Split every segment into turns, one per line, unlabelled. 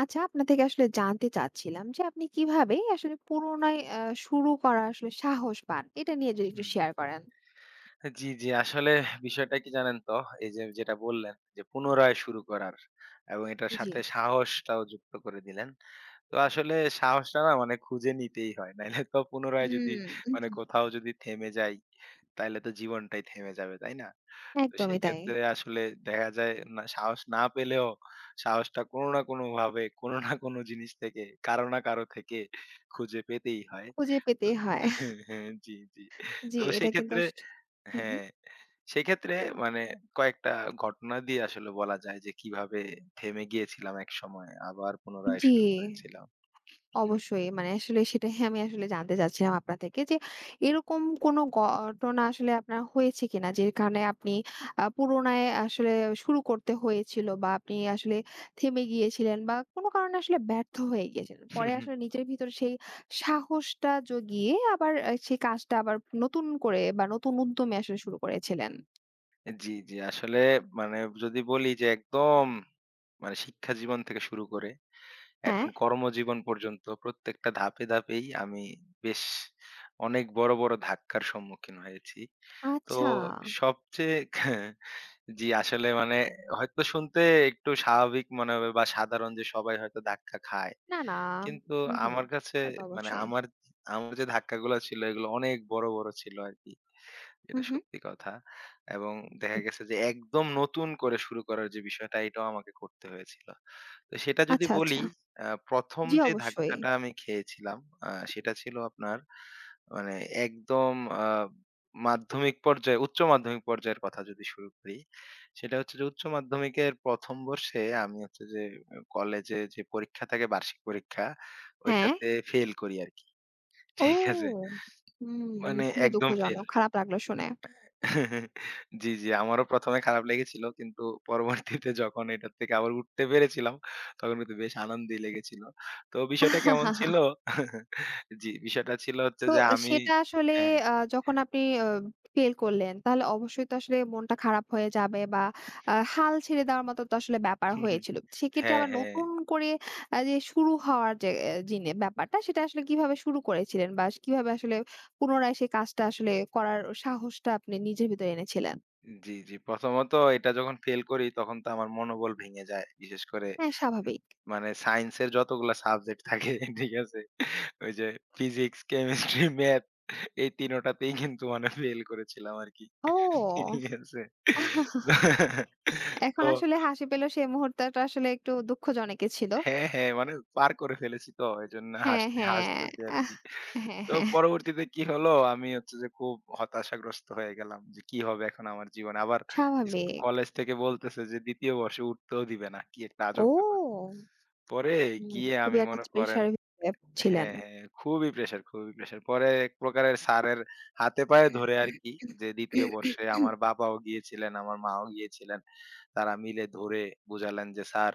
আচ্ছা, আপনার থেকে আসলে জানতে চাচ্ছিলাম যে আপনি কিভাবে আসলে পুরোনায় শুরু করা আসলে সাহস পান? এটা নিয়ে যদি একটু
হুম।
শেয়ার করেন।
জি, জি। আসলে বিষয়টা কি জানেন তো? এই যে যেটা বললেন যে পুনরায় শুরু করার এবং এটার
জি।
সাথে সাহসটাও যুক্ত করে দিলেন। তো আসলে সাহসটা না মানে খুঁজে নিতেই হয়। নাইলে তো পুনরায় যদি মানে
হুম,
কোথাও যদি থেমে যাই, তাইলে তো জীবনটাই থেমে যাবে, তাই না? তো
একদমই
সেই
তাই।
ক্ষেত্রে আসলে দেখা যায় না সাহস না পেলেও সাহসটা কোনো না কোনোভাবে কোনো না কোনো জিনিস থেকে কারো না কারো থেকে খুঁজে পেতেই হয়।
খুঁজে
তো
পেতেই হয়।
হ্যাঁ, হ্যাঁ। জি, জি।
জি,
তো সেই
এটা কিন্তু
ক্ষেত্রে
হু, হু।
হ্যাঁ, সেক্ষেত্রে মানে কয়েকটা ঘটনা দিয়ে আসলে বলা যায় যে কিভাবে থেমে গিয়েছিলাম একসময় আবার পুনরায়
জি।
শুরু করেছিলাম। হুম।
অবশ্যই। মানে আসলে সেটাই আমি আসলে জানতে চাচ্ছিলাম আপনার থেকে যে, এরকম কোনো ঘটনা আসলে আপনার হয়েছে কিনা? যে কারণে আপনি পুরোনায় আসলে শুরু করতে হয়েছিল বা আপনি আসলে থেমে গিয়েছিলেন বা কোনো কারণে আসলে ব্যর্থ হয়ে গিয়েছিলেন। পরে আসলে নিজের ভিতরে সেই সাহসটা জগিয়ে আবার সেই কাজটা আবার নতুন করে বা নতুন উদ্যমে আসলে শুরু করেছিলেন।
জি, জি। আসলে মানে যদি বলি যে একদম মানে শিক্ষা জীবন থেকে শুরু করে
হ্যাঁ?
এখন কর্মজীবন পর্যন্ত প্রত্যেকটা ধাপে, ধাপেই আমি বেশ অনেক বড়, বড় ধাক্কার সম্মুখীন হয়েছি। তো
আচ্ছা।
সবচেয়ে জি, আসলে মানে হয়তো শুনতে একটু স্বাভাবিক মনে হবে বা সাধারণ যে সবাই হয়তো ধাক্কা খায়।
না, না।
কিন্তু
হুম, হুম।
আমার কাছে
তা তো
মানে
অবশ্যই।
আমার যে ধাক্কাগুলা ছিল এগুলো অনেক বড়, বড় ছিল আরকি।
হুম,
এটা
হুম।
সত্যি কথা। এবং দেখা গেছে যে একদম নতুন করে শুরু করার যে বিষয়টা এটাও আমাকে করতে হয়েছিল। তো সেটা যদি
আচ্ছা, আচ্ছা।
বলি ১ম
জি,
যে
অবশ্যই।
ধাক্কাটা আমি খেয়েছিলাম সেটা ছিল আপনার মানে একদম আ মাধ্যমিক পর্যায়ে উচ্চ মাধ্যমিক পর্যায়ের কথা যদি শুরু করি, সেটা হচ্ছে যে উচ্চ মাধ্যমিকের ১ম বর্ষে আমি হচ্ছে যে কলেজে যে পরীক্ষা থাকে বার্ষিক পরীক্ষা,
হ্যাঁ।
ওইটাতে ফেল করি আরকি। ঠিক আছে?
ও! হুম,
মানে
খুবই
একদম ফেল।
দুঃখজনক। খারাপ লাগলো শুনে।
জি, জি। আমারও ১ম এ খারাপ লেগেছিল। কিন্তু পরবর্তীতে যখন এটার থেকে আবার উঠতে পেরেছিলাম, তখন কিন্তু বেশ আনন্দই লেগেছিল। তো বিষয়টা কেমন ছিল? জি, বিষয়টা ছিল হচ্ছে
তো
যে আমি
সেটা আসলে
হ্যাঁ,
যখন
হ্যাঁ।
আপনি ফেল করলেন, তাহলে অবশ্যই তো আসলে মনটা খারাপ হয়ে যাবে বা হাল ছেড়ে দেওয়ার মতো তো আসলে ব্যাপার হয়েছিল। সেক্ষেত্রে
হ্যাঁ,
আবার
হ্যাঁ।
নতুন করে যে শুরু হওয়ার যে এ জিনে ব্যাপারটা, সেটা আসলে কিভাবে শুরু করেছিলেন বা কিভাবে আসলে পুনরায় সেই কাজটা আসলে করার সাহসটা আপনি নিজের ভিতরে এনেছিলেন?
জি, জি। প্রথমত এটা যখন ফেল করি তখন তো আমার মনোবল ভেঙে যায়। বিশেষ করে
হ্যাঁ,
এ
স্বাভাবিক।
মানে সায়েন্সের যতগুলা সাবজেক্ট থাকে ঠিক আছে? ওই যে ফিজিক্স, কেমিস্ট্রি, ম্যাথ এই ৩ টাতেই কিন্তু মানে ফেল করেছিলাম আরকি।
ও!
ঠিক আছে?
এখন
তো
আসলে হাসি পেলেও সেই মুহূর্তটা আসলে একটু দুঃখজনকই ছিল।
হ্যাঁ, হ্যাঁ মানে পার করে ফেলেছি তো এজন্য
হ্যাঁ,
হাসতে
হ্যাঁ।
হাসতেছি
আহ
আরকি।
হ্যাঁ,
তো
হ্যাঁ।
পরবর্তীতে কি হলো? আমি হচ্ছে যে খুব হতাশাগ্রস্ত হয়ে গেলাম যে, কি হবে এখন আমার জীবনে? আবার ইস
স্বাভাবিক।
কলেজ থেকে বলতেছে যে ২য় বর্ষে উঠতেও দিবে না। কি একটা আজব ব্যাপার।
ও!
পরে
হুম,
গিয়ে
খুবই
আমি
একটা
মনে করেন
প্রেশার এর ভিতরে ছিলেন।
হ্যাঁ, হ্যাঁ। খুবই প্রেশার, খুবই প্রেশার। পরে এক প্রকারের স্যারের হাতে পায়ে ধরে আরকি যে ২য় বর্ষে আমার বাবাও গিয়েছিলেন, আমার মাও গিয়েছিলেন। তারা মিলে ধরে বুঝালেন যে, "স্যার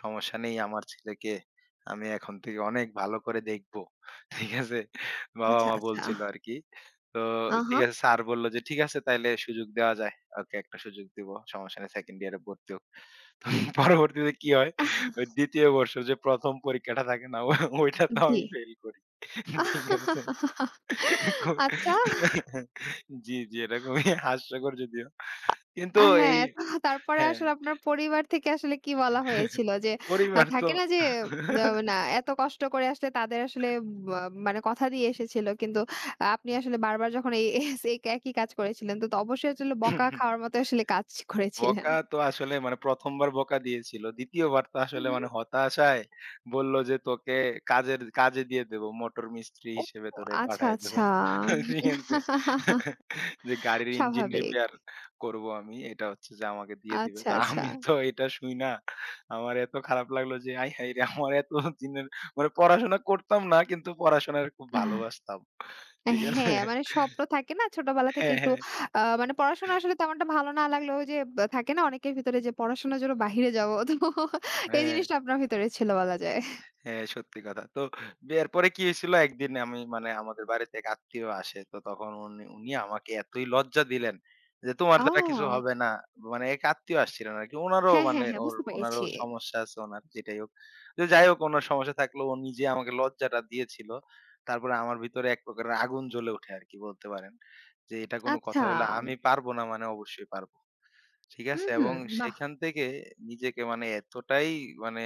সমস্যা নেই আমার ছেলেকে আমি এখন থেকে অনেক ভালো করে দেখবো।" ঠিক আছে?
আচ্ছা,
বাবা-মা
আচ্ছা।
বলছিল আরকি। তো
আহা!
ঠিক আছে স্যার বলল যে, "ঠিক আছে তাইলে সুযোগ দেওয়া যায়। ওকে একটা সুযোগ দিব। সমস্যা নেই 2nd ইয়ারে ভর্তি হোক।" তো পরবর্তীতে কি হয়?
আহ,
ওই ২য় বর্ষ যে ১ম পরীক্ষাটা থাকে না? ওইটা তো
জি।
আমি ফেইল করি। ঠিক আছে? কো
আচ্ছা।
জি, জি, এটা খুবই হাস্যকর যদিও। কিন্তু এই
হ্যাঁ, তো তারপরে
হ্যাঁ,
আসলে আপনার পরিবার থেকে আসলে কি বলা হয়েছিল? যে
পরিবার তো
থাকে না যে আ না এত কষ্ট করে আসলে তাদের আসলে বা মানে কথা দিয়ে এসেছিল। কিন্তু আপনি আসলে বারবার যখন এই এস এই একই কাজ করেছিলেন তো, অবশ্যই আসলে বকা খাওয়ার মতো আসলে কাজ করেছিলেন।
বকা তো আসলে মানে ১ম বার বকা দিয়েছিল। ২য় বার তো
হু,
আসলে
হুম।
মানে হতাশায় বলল যে, "তোকে কাজের কাজে দিয়ে দেবো। মোটর মিস্ত্রি
ও
হিসেবে তোরে
আচ্ছা,
পাঠায় দেবো।"
আচ্ছা।
ঠিক আছে? যে গাড়ির ইঞ্জিন
স্বাভাবিক।
রিপেয়ার করবো আমি। এটা হচ্ছে যে আমাকে দিয়ে দিবে।
আচ্ছা,
তো
আচ্ছা।
আমি তো এটা শুইনা আমার এত খারাপ লাগলো যে, "আয় হায়রে! আমার এতদিনের" মানে পড়াশোনা করতাম না কিন্তু পড়াশোনার খুব ভালোবাসতাম। ঠিক আছে?
হ্যাঁ, মানে স্বপ্ন থাকে না ছোটবেলা থেকে
হ্যাঁ,
একটু
হ্যাঁ,
মানে পড়াশোনা আসলে তেমনটা ভালো না লাগলেও যে বা থাকে না অনেকের ভিতরে যে পড়াশোনার জন্য বাহিরে যাবো। তো এই
হ্যাঁ।
জিনিসটা আপনার ভিতরে ছিল বলা যায়।
হ্যাঁ, সত্যি কথা। তো বিয়ের পরে কি হয়েছিল একদিন আমি মানে আমাদের বাড়িতে এক আত্মীয় আসে। তো তখন উনি উনি আমাকে এতই লজ্জা দিলেন যে, "তোমার দ্বারা কিছু
ও!
হবে না।" মানে এক আত্মীয় আসছিলেন আরকি। উনারও
হ্যাঁ, হ্যাঁ,
মানে
হ্যাঁ বুঝতে
উনারও
পেরেছি।
সমস্যা আছে উনার যেটাই হোক। তো যাই হোক উনার সমস্যা থাকলেও ও নিজে আমাকে লজ্জাটা দিয়েছিল। তারপরে আমার ভিতরে এক প্রকারের আগুন জ্বলে ওঠে আরকি বলতে পারেন। যে এটা কোন
আচ্ছা।
কথা হইলো আমি পারবো না মানে অবশ্যই পারবো। ঠিক
হুম,
আছে?
হুম।
এবং
বাহ!
সেখান থেকে নিজেকে মানে এতটাই মানে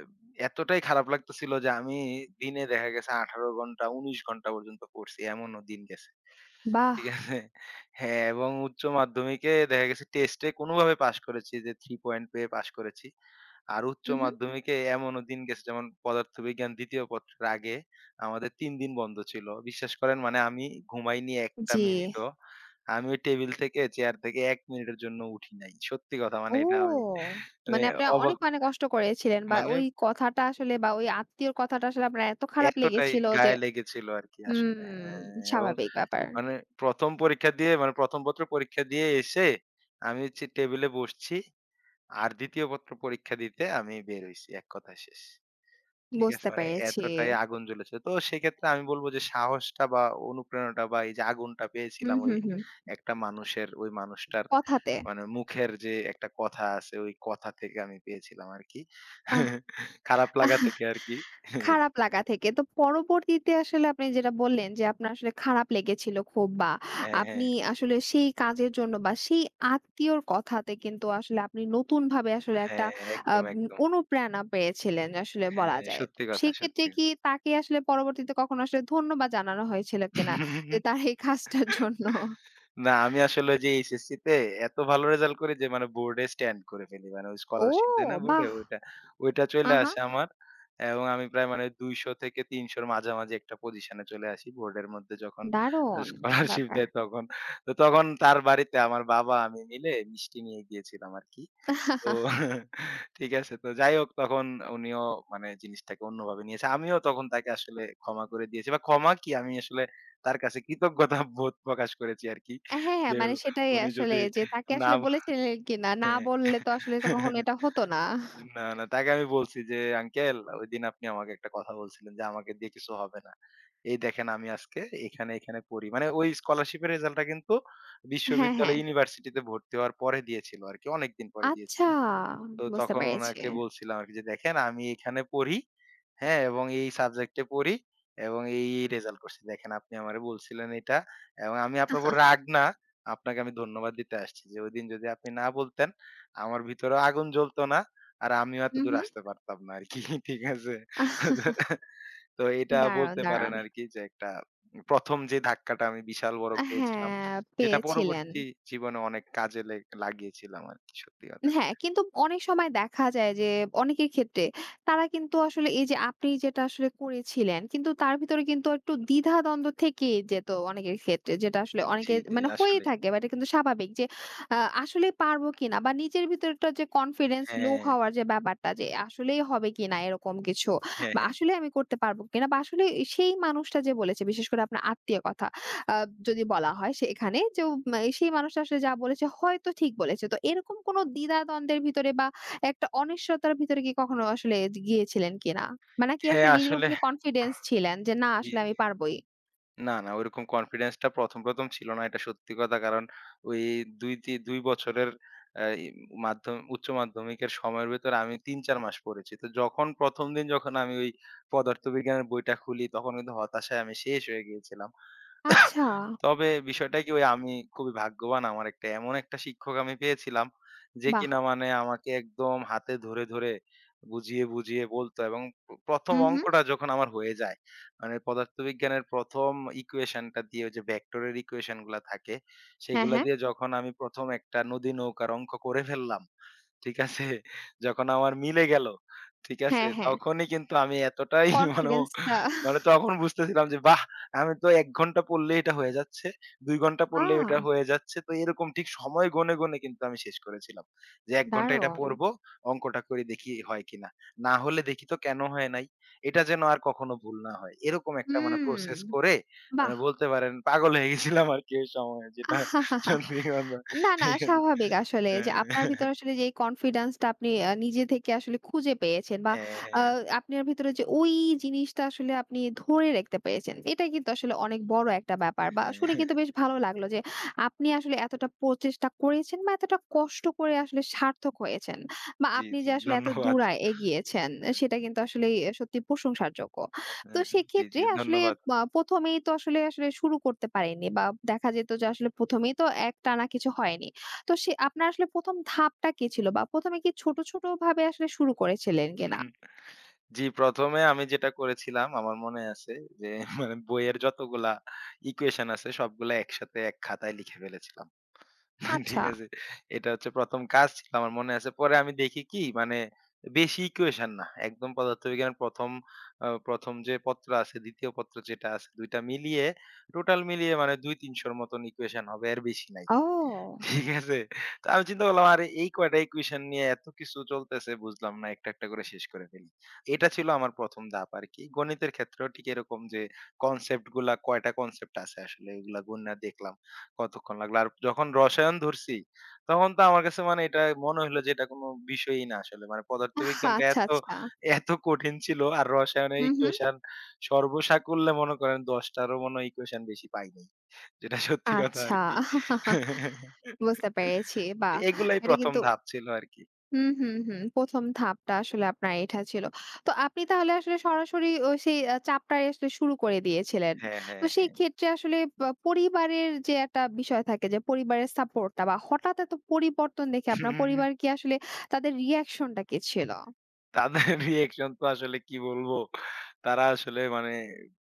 এব এতটাই খারাপ লাগতেছিল যে আমি দিনে দেখা গেছে ১৮ ঘন্টা ১৯ ঘন্টা পর্যন্ত পড়ছি। এমনও দিন গেছে।
বাহ!
ঠিক আছে? হ্যাঁ, এবং উচ্চ মাধ্যমিকে দেখা গেছে টেস্টে কোনভাবে পাস করেছি যে ৩ পয়েন্ট পেয়ে পাস করেছি। আর উচ্চ
হুম, হুম।
মাধ্যমিকে এমনও দিন গেছে যেমন পদার্থবিজ্ঞান ২য় পত্রের আগে আমাদের ৩ দিন বন্ধ ছিল। বিশ্বাস করেন মানে আমি ঘুমাইনি ১ টা
জি।
মিনিটও। আমি ওই টেবিল থেকে চেয়ার থেকে ১ মিনিটের জন্য উঠি নাই। সত্যি কথা মানে এটা আমি
ও!
মানে
মানে আপনি অনেক
অবাক
মানে কষ্ট করেছিলেন বা
মানে
ওই কথাটা আসলে বা ওই আত্মীয়র কথাটা আসলে আপনার এত খারাপ
এতটাই
লেগেছিল যে
গায়ে লেগেছিল আরকি আসলে।
হুম,
হ্যাঁ, এবং
স্বাভাবিক ব্যাপার।
মানে ১ম পরীক্ষা দিয়ে মানে ১ম পত্র পরীক্ষা দিয়ে এসে আমি হচ্ছে টেবিলে বসছি। আর ২য় পত্র পরীক্ষা দিতে আমি বের হইছি। এক কথায় শেষ। ঠিক আছে?
বুঝতে
মানে
পেরেছি।
এতটাই আগুন জ্বলেছে। তো সেক্ষেত্রে আমি বলব যে সাহসটা বা অনুপ্রেরণাটা বা এই যে আগুনটা
হুম,
পেয়েছিলাম ওই
হুম, হুম।
একটা মানুষের ওই মানুষটার
কথাতে।
মানে মুখের যে একটা কথা আছে ওই কথা থেকে আমি পেয়েছিলাম আরকি।
আহ!
খারাপ লাগা
আহ,
থেকে আরকি।
খারাপ লাগা থেকে। তো পরবর্তীতে আসলে আপনি যেটা বললেন যে, আপনার আসলে খারাপ লেগেছিল খুব বা
হ্যাঁ,
আপনি
হ্যাঁ।
আসলে সেই কাজের জন্য বা সেই আত্মীয়র কথাতে কিন্তু আসলে আপনি নতুনভাবে আসলে একটা
হ্যাঁ, একদম,
আম
একদম।
অনুপ্রেরণা পেয়েছিলেন আসলে বলা
হ্যাঁ,
যায়। তো
সত্যি কথা,
সেক্ষেত্রে
সত্যি।
কি তাকে আসলে পরবর্তীতে কখনো আসলে ধন্যবাদ জানানো হয়েছিল কিনা? যে তার এই কাজটার জন্য?
না আমি আসলে ওই যে এইচএসসি তে এত ভালো রেজাল্ট করি যে মানে বোর্ডে স্ট্যান্ড করে ফেলি। মানে ওই
ও
স্কলারশিপ দেয় না বোর্ডে
বাহ!
ওইটা, ওইটা চইলা
আহা!
আসে আমার। এবং আমি প্রায় মানে ২০০ থেকে ৩০০ র মাঝামাঝি একটা পজিশনে চলে আসি। বোর্ডের মধ্যে যখন
দারুণ
স্কলারশিপ দেয় তখন। তো তখন তার বাড়িতে আমার বাবা আমি মিলে মিষ্টি নিয়ে গিয়েছিলাম আরকি। তো
ব্যাপার।
ঠিক আছে। তো যাই হোক তখন উনিও মানে জিনিসটাকে অন্যভাবে নিয়েছে। আমিও তখন তাকে আসলে ক্ষমা করে দিয়েছি বা ক্ষমা কি আমি আসলে তার কাছে কৃতজ্ঞতা বোধ প্রকাশ করেছি আরকি।
হ্যাঁ, হ্যাঁ।
যে
মানে সেটাই
উনি
আসলে
যদি
যে তাকে
না
আসলে বলেছিলেন কিনা? না
হ্যাঁ।
বললে তো আসলে তো কখনো এটা হতো না।
না, না তাকে আমি বলছি যে, "আঙ্কেল ওইদিন আপনি আমাকে একটা কথা বলছিলেন যে আমাকে দিয়ে কিছু হবে না। এই দেখেন আমি আজকে এখানে পড়ি।" মানে ওই স্কলারশিপের রেজাল্টটা কিন্তু
হ্যাঁ, হ্যাঁ।
বিশ্ববিদ্যালয় ইউনিভার্সিটিতে ভর্তি হওয়ার পরে দিয়েছিল আরকি। অনেকদিন পরে
আচ্ছা
দিয়েছিল। তো
বুঝতে
তখন
পেরেছি।
উনাকে বলছিলাম আরকি যে, "দেখেন আমি এখানে পড়ি, হ্যাঁ? এবং এই সাবজেক্টে পড়ি এবং এই রেজাল্ট করছি। দেখেন আপনি আমারে বলছিলেন এটা এবং আমি আপনার উপর রাগ না, আপনাকে আমি ধন্যবাদ দিতে আসছি যে ওইদিন যদি আপনি না বলতেন, আমার ভিতরেও আগুন জ্বলতো না আর আমিও
হু,
এতদূর
হু।
আসতে পারতাম না আরকি।" ঠিক আছে?
আহ
তো এটা
দারুণ,
বলতে পারেন
দারুণ।
আরকি যে একটা ১ম যে ধাক্কাটা আমি বিশাল বড় পেয়েছিলাম,
হ্যাঁ,
যেটা
পেয়েছিলেন।
পরবর্তী জীবনে অনেক কাজে লাগিয়েছিলাম আরকি সত্যি কথা।
হ্যাঁ, কিন্তু অনেক সময় দেখা যায় যে অনেকের ক্ষেত্রে তারা কিন্তু আসলে এই যে আপনি যেটা আসলে করেছিলেন কিন্তু তার ভিতরে কিন্তু একটু দ্বিধাদ্বন্দ্ব থেকেই যেত অনেকের ক্ষেত্রে যেটা আসলে
জি,
অনেকের
জি,
মানে হয়েই
আসলেই।
থাকে বা এটা কিন্তু স্বাভাবিক যে আসলে পারবো কিনা বা নিজের ভিতরটা যে কনফিডেন্স লো
হ্যাঁ,
হওয়ার যে ব্যাপারটা যে আসলেই হবে কিনা এরকম কিছু
হ্যাঁ,
বা
হ্যাঁ।
আসলে আমি করতে পারবো কিনা বা আসলে সেই মানুষটা যে বলেছে বিশেষ করে আপনার আত্মীয় কথা আ যদি বলা হয় সে এখানে যে সেই মানুষটা আসলে যা বলেছে হয়তো ঠিক বলেছে। তো এরকম কোনো দ্বিধা-দ্বন্দ্বের ভিতরে বা একটা অনিশ্চয়তার ভিতরে কি কখনো আসলে গিয়েছিলেন কিনা? মানে নাকি
হ্যাঁ,
আসলে নিজের
আসলে
উপরে কনফিডেন্স ছিলেন যে না
জি,
আসলে আমি
জি।
পারবই?
না, না ওইরকম কনফিডেন্স টা ১ম ছিল না। এটা সত্যি কথা। কারণ ওই ২ বছরের আ ই মাধ্যম উচ্চ মাধ্যমিকের সময়ের ভেতরে আমি ৩-৪ মাস পড়েছি। তো যখন ১ম, দিন যখন আমি ওই পদার্থবিজ্ঞানের বইটা খুলি তখন কিন্তু হতাশায় আমি শেষ হয়ে গিয়েছিলাম।
আচ্ছা,
তবে বিষয়টা কি ওই আমি খুবই ভাগ্যবান। আমার একটা এমন একটা শিক্ষক আমি পেয়েছিলাম যে
বাহ!
কিনা মানে আমাকে একদম হাতে ধরে, ধরে বুঝিয়ে, বুঝিয়ে বলত এবং ১ম
হুম, হুম।
অঙ্কটা যখন আমার হয়ে যায়, মানে পদার্থবিজ্ঞানের ১ম ইকুয়েশনটা দিয়ে ওই যে ভেক্টরের ইকুয়েশন গুলা থাকে,
হ্যাঁ,
সেগুলা
হ্যাঁ।
দিয়ে যখন আমি ১ম একটা নদী নৌকার অঙ্ক করে ফেললাম, ঠিক আছে? যখন আমার মিলে গেল, ঠিক আছে?
হ্যাঁ, হ্যাঁ।
তখনই কিন্তু আমি এতটাই মানে
কনফিডেন্সটা
মানে তখন বুঝতেছিলাম যে বাহ! আমি তো ১ ঘন্টা পড়লেই এটা হয়ে যাচ্ছে, ২ ঘন্টা
আ
পড়লেই ওইটা হয়ে যাচ্ছে। তো এরকম ঠিক সময় গুনে, গুনে কিন্তু আমি শেষ করেছিলাম। যে ১ ঘন্টা এটা
দারুণ!
পড়বো, অঙ্কটা করে দেখি হয় কিনা। না হলে দেখি তো কেন হয় নাই। এটা যেন আর কখনো ভুল না হয়। এরকম একটা মানে
হুম,
প্রসেস করে
বাহ!
মানে বলতে পারেন পাগল হয়ে গেছিলাম আরকি ওই সময়ে যেটা সত্যি কথা।
না, না স্বাভাবিক আসলে যে আপনার
হ্যাঁ,
ভিতরে আসলে যে কনফিডেন্স টা আপনি নিজে থেকে আসলে খুঁজে পেয়েছেন বা আ
হ্যাঁ।
আপনার ভিতরে যে ওই জিনিসটা আসলে আপনি ধরে রাখতে পেরেছেন। এটা কিন্তু আসলে অনেক বড় একটা ব্যাপার বা শুনে
হ্যাঁ,
কিন্তু বেশ ভালো লাগলো যে আপনি আসলে এতটা প্রচেষ্টা করেছেন বা এতটা কষ্ট করে আসলে সার্থক হয়েছেন বা
জি,
আপনি
জি
যে আসলে এত দূর
ধন্যবাদ।
এগিয়েছেন সেটা কিন্তু আসলেই সত্যি প্রশংসার যোগ্য। তো
হ্যাঁ, জি,
সেক্ষেত্রে
জি
আসলে
ধন্যবাদ।
প্রথম এই তো আসলে আসলে শুরু করতে পারেননি বা দেখা যেত যে আসলে প্রথম এই তো একটানা কিছু হয়নি। তো সে আপনার আসলে প্রথম ধাপটা কি ছিল? বা প্রথম এ কি ছোট, ছোট ভাবে আসলে শুরু করেছিলেন কিনা?
জি, ১ম এ আমি যেটা করেছিলাম আমার মনে আছে যে মানে বইয়ের যতগুলা ইকুয়েশন আছে সবগুলা একসাথে এক খাতায় লিখে ফেলেছিলাম।
আচ্ছা।
ঠিক আছে? এটা হচ্ছে ১ম কাজ ছিল আমার মনে আছে। পরে আমি দেখি কি মানে বেশি ইকুয়েশন না। একদম পদার্থবিজ্ঞানের ১ম ১ম যে পত্র আছে ২য় পত্র যেটা আছে ২ টা মিলিয়ে টোটাল মিলিয়ে মানে ২-৩০০ র মতন ইকুয়েশন হবে এর বেশি নাই।
ও!
ঠিক আছে। তো আমি চিন্তা করলাম আরে এই কয়টা ইকুয়েশন নিয়ে এত কিছু চলতেছে বুঝলাম না। একটা করে শেষ করে ফেলি। এটা ছিল আমার ১ম ধাপ আরকি। গণিতের ক্ষেত্রেও ঠিক এরকম যে কনসেপ্ট গুলা কয়টা কনসেপ্ট আছে আসলে এগুলা গুইন্না দেখলাম কতক্ষণ লাগলো। আর যখন রসায়ন ধরছি তখন তো আমার কাছে মানে এটা মনে হইলো যে এটা কোনো বিষয়ই না আসলে। মানে
আহা!
পদার্থবিজ্ঞানটা
আচ্ছা, আচ্ছা।
এত কঠিন ছিল আর রসায়নের
হুম, হুম।
ইকুয়েশন সর্বসাকুল্যে মনে করেন ১০ টারও মনে হয় ইকুয়েশন বেশি পাইনি। যেটা সত্যি কথা
আচ্ছা
আরকি।
বুঝতে পেরেছি। বাহ!
এগুলাই
এটা
১ম
কিন্তু
ধাপ ছিল আরকি।
হুম, হুম, হুম। ১ম ধাপটা আসলে আপনার এটা ছিল। তো আপনি তাহলে আসলে সরাসরি ও সেই চাপটাই আসলে শুরু করে দিয়েছিলেন।
হ্যাঁ,
তো
হ্যাঁ,
সেই
হ্যাঁ।
ক্ষেত্রে আসলে বা পরিবারের যে একটা বিষয় থাকে যে পরিবারের সাপোর্টটা বা হঠাৎ এত পরিবর্তন দেখে আপনার পরিবার কি আসলে তাদের রিঅ্যাকশনটা কি ছিল?
তাদের রিঅ্যাকশন তো আসলে কি বলবো? তারা আসলে মানে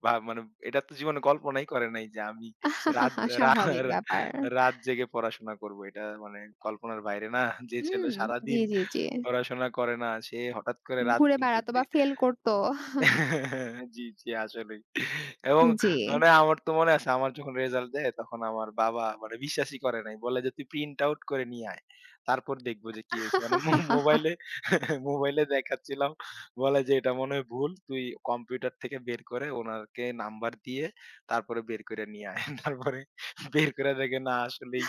মানে এটা তো জীবনে কল্পনাই করে নাই যে আমি রাত রা
স্বাভাবিক ব্যাপার।
রাত জেগে পড়াশোনা করবো। এটা মানে কল্পনার বাইরে না। যে ছেলে
হুম, জি,
সারাদিন
জি, জি।
পড়াশোনা করে না সে হঠাৎ করে রাত
ঘুরে
৩ টার
বেড়াতো বা
দিকে
ফেল করত।
জি, জি আসলেই। এবং
জি।
মানে আমার তো মনে আছে আমার যখন রেজাল্ট দেয় তখন আমার বাবা মানে বিশ্বাসই করে নাই। বলে যে, "তুই প্রিন্ট আউট করে নিয়ে আয়। তারপর দেখব যে কি হইছে।" মানে মোবাইলে মোবাইলে দেখাচ্ছিলাম। বলে যে, "এটা মনে হয় ভুল। তুই কম্পিউটার থেকে বের করে ওনাকে নাম্বার দিয়ে তারপরে বের করে নিয়ে আয়।" তারপরে বের করে দেখে না আসলেই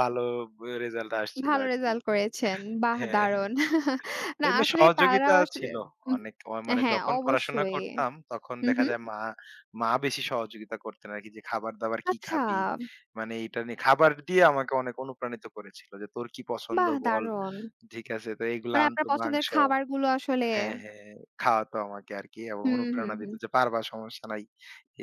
ভালো রেজাল্ট আসছিল
ভালো
আরকি।
রেজাল্ট করেছেন। বাহ!
হ্যাঁ, হ্যাঁ।
দারুণ। না
এমনি
আসলে তারা
সহযোগিতা
আসলে
ছিল
উম
অনেক। মানে
হ্যাঁ,
যখন পড়াশোনা
অবশ্যই।
করতাম তখন
হুম,
দেখা
হুম।
যায় মা বেশি সহযোগিতা করতেন আরকি যে খাবার-দাবার কি
আচ্ছা,
খাবি? মানে এইটা নিয়ে খাবার দিয়ে আমাকে অনেক অনুপ্রাণিত করেছিল যে, "তোর কি পছন্দ
বাহ!
বল?"
দারুণ।
ঠিক আছে? তো এগুলা
মানে আপনার
আনতো
পছন্দের
মাংস
খাবারগুলো আসলে
হ্যাঁ, হ্যাঁ, খাওয়াতো আমাকে আরকি এবং
হুম, হুম,
অনুপ্রেরণা দিত
হুম।
যে, "পারবা সমস্যা নাই।"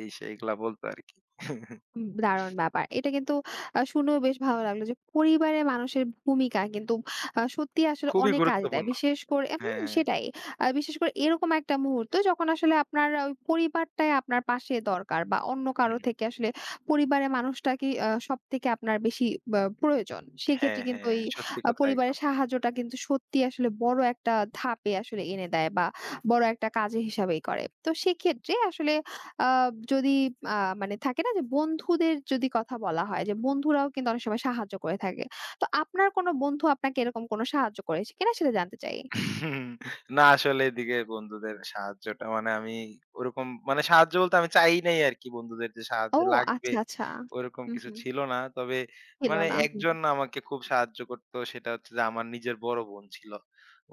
এই সেই এগুলা বলতো আরকি।
দারুণ ব্যাপার। এটা কিন্তু শুনেও বেশ ভালো লাগলো যে পরিবারে মানুষের ভূমিকা কিন্তু সত্যিই আসলে
খুবই
অনেক কাজে দেয়।
গুরুত্বপূর্ণ।
বিশেষ করে হুম,
হ্যাঁ,
সেটাই। বিশেষ করে এরকম একটা মুহূর্ত যখন আসলে আপনার ওই পরিবারটাই আপনার পাশে দরকার বা অন্য কারো
হুম।
থেকে আসলে পরিবারের মানুষটাকেই সবথেকে আপনার বেশি বা প্রয়োজন।
হ্যাঁ,
সেক্ষেত্রে কিন্তু
হ্যাঁ,
ওই
সত্যি কথা
পরিবারের
একদম।
সাহায্যটা কিন্তু সত্যিই আসলে বড় একটা ধাপে আসলে এনে দেয় বা বড় একটা কাজে হিসাবেই করে। তো সেক্ষেত্রে আসলে আ যদি আ মানে থাকে না যে বন্ধুদের যদি কথা বলা হয় যে বন্ধুরাও কিন্তু অনেক সময় সাহায্য করে থাকে। তো আপনার কোনো বন্ধু আপনাকে এরকম কোনো সাহায্য করেছে কিনা সেটা জানতে চাই।
না আসলে এদিকে বন্ধুদের সাহায্যটা মানে আমি ওরকম মানে সাহায্য বলতে আমি চাই নাই আরকি বন্ধুদের যে সাহায্য
ও
লাগবে
আচ্ছা, আচ্ছা।
ওরকম
হুম,
কিছু
হুম।
ছিল না। তবে
ছিল
মানে
না। হুম।
একজন আমাকে খুব সাহায্য করতো সেটা হচ্ছে যে আমার নিজের বড় বোন ছিল।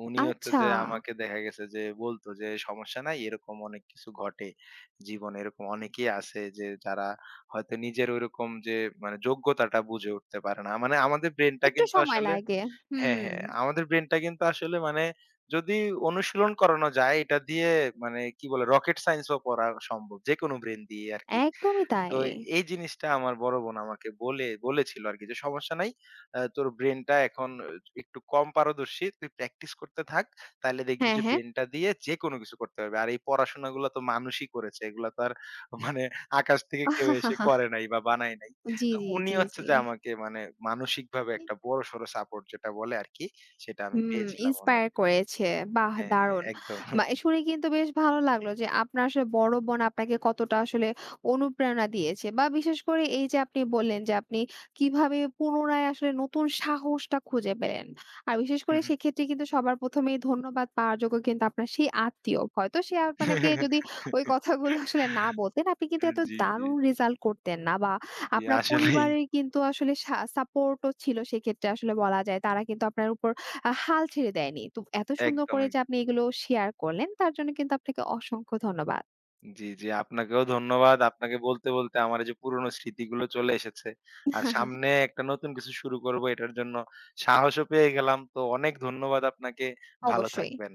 উনি হচ্ছে
আচ্ছা।
যে আমাকে দেখা গেছে যে বলতো যে সমস্যা নাই এরকম অনেক কিছু ঘটে। জীবনে এরকম অনেকেই আছে যে যারা হয়তো নিজের ওইরকম যে মানে যোগ্যতাটা বুঝে উঠতে পারে না। মানে আমাদের ব্রেইনটা
একটু
কিন্তু
সময়
আসলে
লাগে।
হ্যাঁ,
হুম,
হ্যাঁ। আমাদের ব্রেইনটা কিন্তু আসলে মানে যদি অনুশীলন করানো যায় এটা দিয়ে মানে কি বলে রকেট সায়েন্স ও পড়া সম্ভব। যেকোনো ব্রেইন দিয়ে আরকি।
একদমই
তো
তাই।
এই জিনিসটা আমার বড় বোন আমাকে বলে বলেছিল আরকি যে, "সমস্যা নাই। তোর ব্রেইনটা এখন একটু কম পারদর্শী। তুই প্র্যাকটিস করতে থাক। তাইলে দেখবি
হ্যাঁ,
যে
হ্যাঁ।
ব্রেইনটা দিয়ে যেকোনো কিছু করতে পারবি। আর এই পড়াশোনাগুলা তো মানুষই করেছে। এগুলা তো আর মানে আকাশ থেকে কেউ এসে করে নাই বা বানায় নাই।"
জি,
তো
জি,
উনি
জি,
হচ্ছে
জি।
যে আমাকে মানে মানসিকভাবে একটা বড়সড় সাপোর্ট যেটা বলে আরকি, সেটা আমি
হুম,
পেয়েছিলাম উনার
ইন্সপায়ার করেছে। বাহ!
হ্যাঁ, হ্যাঁ,
দারুণ।
একদম।
বা শুনে কিন্তু বেশ ভালো লাগলো যে আপনার আসলে বড় বোন আপনাকে কতটা আসলে অনুপ্রেরণা দিয়েছে। বা বিশেষ করে এই যে আপনি বললেন যে আপনি কিভাবে পুনরায় আসলে নতুন সাহসটা খুঁজে পেলেন। আর বিশেষ করে সেক্ষেত্রে কিন্তু সবার প্রথম এই ধন্যবাদ পাওয়ার যোগ্য কিন্তু আপনার সেই আত্মীয়। হয়তো সে আপনাকে যদি ওই কথাগুলো আসলে না বলতেন, আপনি কিন্তু এত
জি, জি,
দারুণ রেজাল্ট করতেন না। বা
জি,
আপনার
আসলেই।
পরিবারের কিন্তু আসলে সাপোর্টও ছিল সেক্ষেত্রে আসলে বলা যায়। তারা কিন্তু আপনার উপর হাল ছেড়ে দেয়নি। তো এত সুন্দর
একদম,
করে যে
একদম।
আপনি এগুলো শেয়ার করলেন তার জন্য কিন্তু আপনাকে অসংখ্য ধন্যবাদ।
জি, জি। আপনাকেও ধন্যবাদ। আপনাকে বলতে, বলতে আমার এই যে পুরনো স্মৃতিগুলো চলে এসেছে। আর সামনে একটা নতুন কিছু শুরু করব এটার জন্য সাহসও পেয়ে গেলাম। তো অনেক ধন্যবাদ আপনাকে। ভালো
অবশ্যই।
থাকবেন।